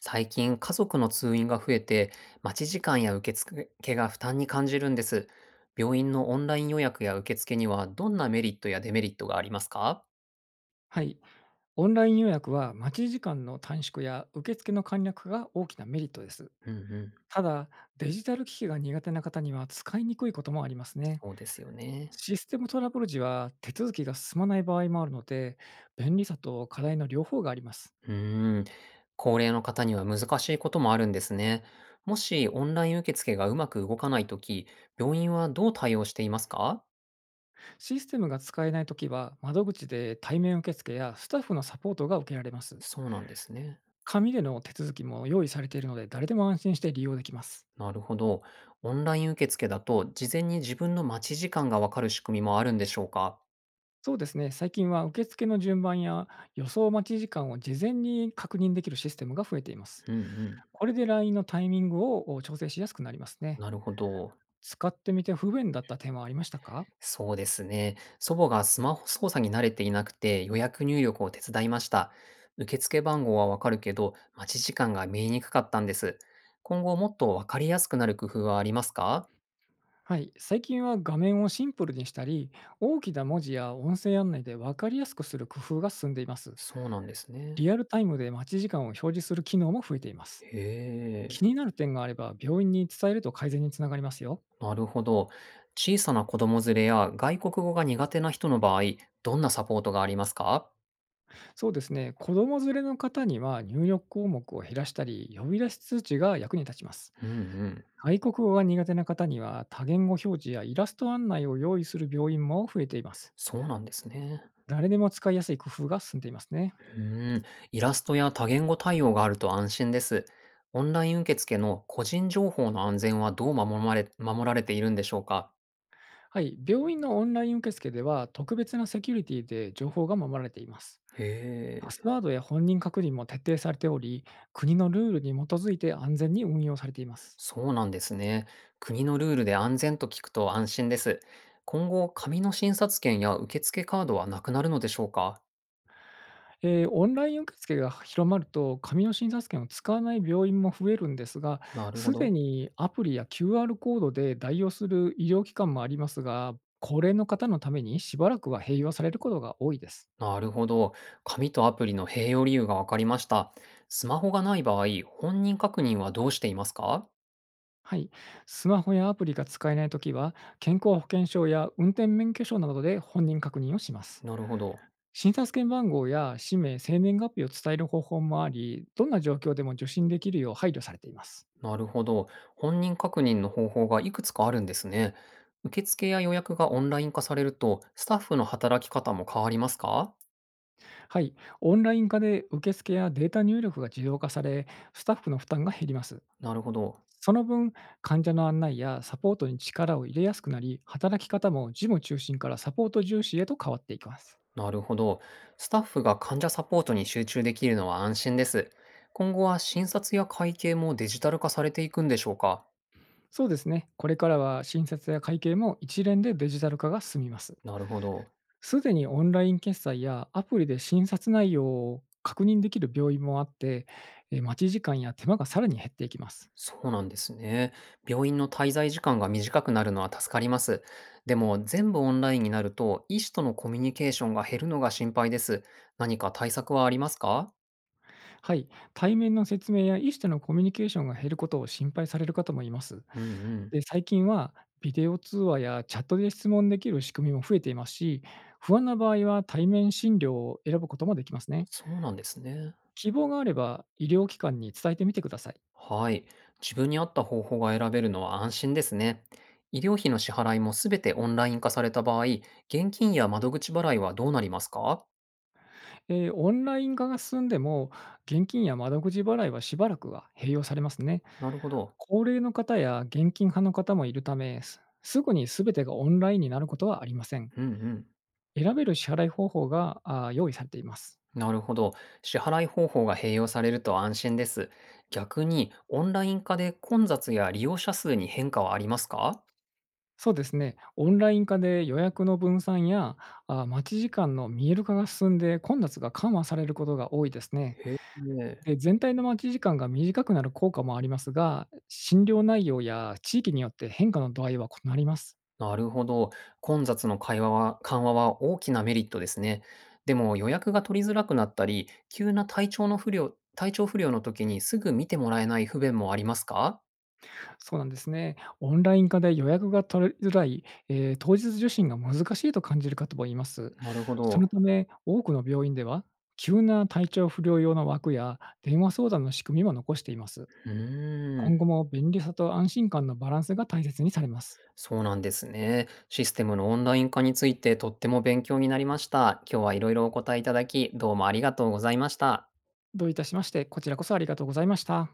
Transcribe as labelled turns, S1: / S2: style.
S1: 最近、家族の通院が増えて、待ち時間や受付が負担に感じるんです。病院のオンライン予約や受付には、どんなメリットやデメリットがありますか？
S2: はい、オンライン予約は待ち時間の短縮や受付の簡略が大きなメリットです。
S1: うんうん。
S2: ただ、デジタル機器が苦手な方には使いにくいこともありますね。
S1: そうですよね。
S2: システムトラブル時は手続きが進まない場合もあるので、便利さと課題の両方があります。
S1: うーん。高齢の方には難しいこともあるんですね。もし、オンライン受付がうまく動かないとき、病院はどう対応していますか？
S2: システムが使えないときは、窓口で対面受付やスタッフのサポートが受けられます。
S1: そうなんですね。
S2: 紙での手続きも用意されているので、誰でも安心して利用できます。
S1: なるほど。オンライン受付だと、事前に自分の待ち時間がわかる仕組みもあるんでしょうか？
S2: そうですね。最近は受付の順番や予想待ち時間を事前に確認できるシステムが増えています。
S1: うんうん。
S2: これで LINE のタイミングをお調整しやすくなりますね。
S1: なるほど。
S2: 使ってみて不便だった点はありましたか？
S1: そうですね。祖母がスマホ操作に慣れていなくて予約入力を手伝いました。受付番号はわかるけど、待ち時間が見えにくかったんです。今後もっとわかりやすくなる工夫はありますか？
S2: はい。最近は画面をシンプルにしたり、大きな文字や音声案内で分かりやすくする工夫が進んでいます。
S1: そうなんですね。
S2: リアルタイムで待ち時間を表示する機能も増えています。
S1: へ
S2: 気
S1: え、
S2: になる点があれば病院に伝えると改善につながりますよ。
S1: なるほど。小さな子供連れや外国語が苦手な人の場合、どんなサポートがありますか？
S2: そうですね。子供連れの方には入力項目を減らしたり、呼び出し通知が役に立ちます。
S1: うんうん。
S2: 外国語が苦手な方には多言語表示やイラスト案内を用意する病院も増えています。
S1: そうなんですね。
S2: 誰でも使いやすい工夫が進んでいますね。
S1: うーん、イラストや多言語対応があると安心です。オンライン受付の個人情報の安全はどう守られているんでしょうか？
S2: はい。病院のオンライン受付では特別なセキュリティで情報が守られています。
S1: へ
S2: パス
S1: え、
S2: ワードや本人確認も徹底されており、国のルールに基づいて安全に運用されています。
S1: そうなんですね。国のルールで安全と聞くと安心です。今後、紙の診察券や受付カードはなくなるのでしょうか？
S2: オンライン受付が広まると、紙の診察券を使わない病院も増えるんですが、
S1: なるほ
S2: すで
S1: ど。
S2: にアプリや QR コードで代用する医療機関もありますが、高齢の方のためにしばらくは併用されることが多いです。
S1: なるほど。紙とアプリの併用理由が分かりました。スマホがない場合、本人確認はどうしていますか？
S2: はい、スマホやアプリが使えないときは、健康保険証や運転免許証などで本人確認をします。
S1: なるほど。
S2: 診察券番号や氏名、生年月日を伝える方法もあり、どんな状況でも受診できるよう配慮されています。
S1: なるほど。本人確認の方法がいくつかあるんですね。受付や予約がオンライン化されると、スタッフの働き方も変わりますか？
S2: はい、オンライン化で受付やデータ入力が自動化され、スタッフの負担が減ります。
S1: なるほど。
S2: その分、患者の案内やサポートに力を入れやすくなり、働き方も事務中心からサポート重視へと変わっていきます。
S1: なるほど。スタッフが患者サポートに集中できるのは安心です。今後は診察や会計もデジタル化されていくんでしょうか？
S2: そうですね、これからは診察や会計も一連でデジタル化が進みます。
S1: なるほど。
S2: すでにオンライン決済やアプリで診察内容を確認できる病院もあって、待ち時間や手間がさらに減っていきます。
S1: そうなんですね。病院の滞在時間が短くなるのは助かります。でも全部オンラインになると医師とのコミュニケーションが減るのが心配です。何か対策はありますか？
S2: はい、対面の説明や医師とのコミュニケーションが減ることを心配される方もいます。
S1: うんうん。
S2: で、最近はビデオ通話やチャットで質問できる仕組みも増えていますし、不安な場合は対面診療を選ぶこともできます
S1: あ、
S2: ね。
S1: そうなんですね。
S2: 希望があれば医療機関に伝えてみてください。
S1: はい。自分に合った方法が選べるのは安心ですね。医療費の支払いもすべてオンライン化された場合、現金や窓口払いはどうなりますか？
S2: オンライン化が進んでも、現金や窓口払いはしばらくは併用されますね。
S1: なるほど。
S2: 高齢の方や現金派の方もいるため、すすぐに全てがオンラインになることはありません。
S1: うんうん。
S2: 選べる支払い方法が、用意されています。
S1: なるほど。支払い方法が併用されると安心です。逆に、オンライン化で混雑や利用者数に変化はありますか？
S2: そうですね、オンライン化で予約の分散や、待ち時間の見える化が進んで、混雑が緩和されることが多いですね。
S1: へえ。
S2: で、全体の待ち時間が短くなる効果もありますが、診療内容や地域によって変化の度合いは異なります。
S1: なるほど。混雑の会話は、緩和は大きなメリットですね。でも予約が取りづらくなったり、急な体調不良の時にすぐ見てもらえない不便もありますか？
S2: そうなんですね。オンライン化で予約が取りづらい、当日受診が難しいと感じる方もいます。
S1: なるほ
S2: その
S1: ど。
S2: ため、多くの病院では、急な体調不良用の枠や電話相談の仕組みも残しています。
S1: うー
S2: 今
S1: ん。
S2: 後も便利さと安心感のバランスが大切にされます。
S1: そうなんですね。システムのオンライン化についてとっても勉強になりました。今日はいろいろお答えいただき、どうもありがとうございました。
S2: どういたしまして、こちらこそありがとうございました。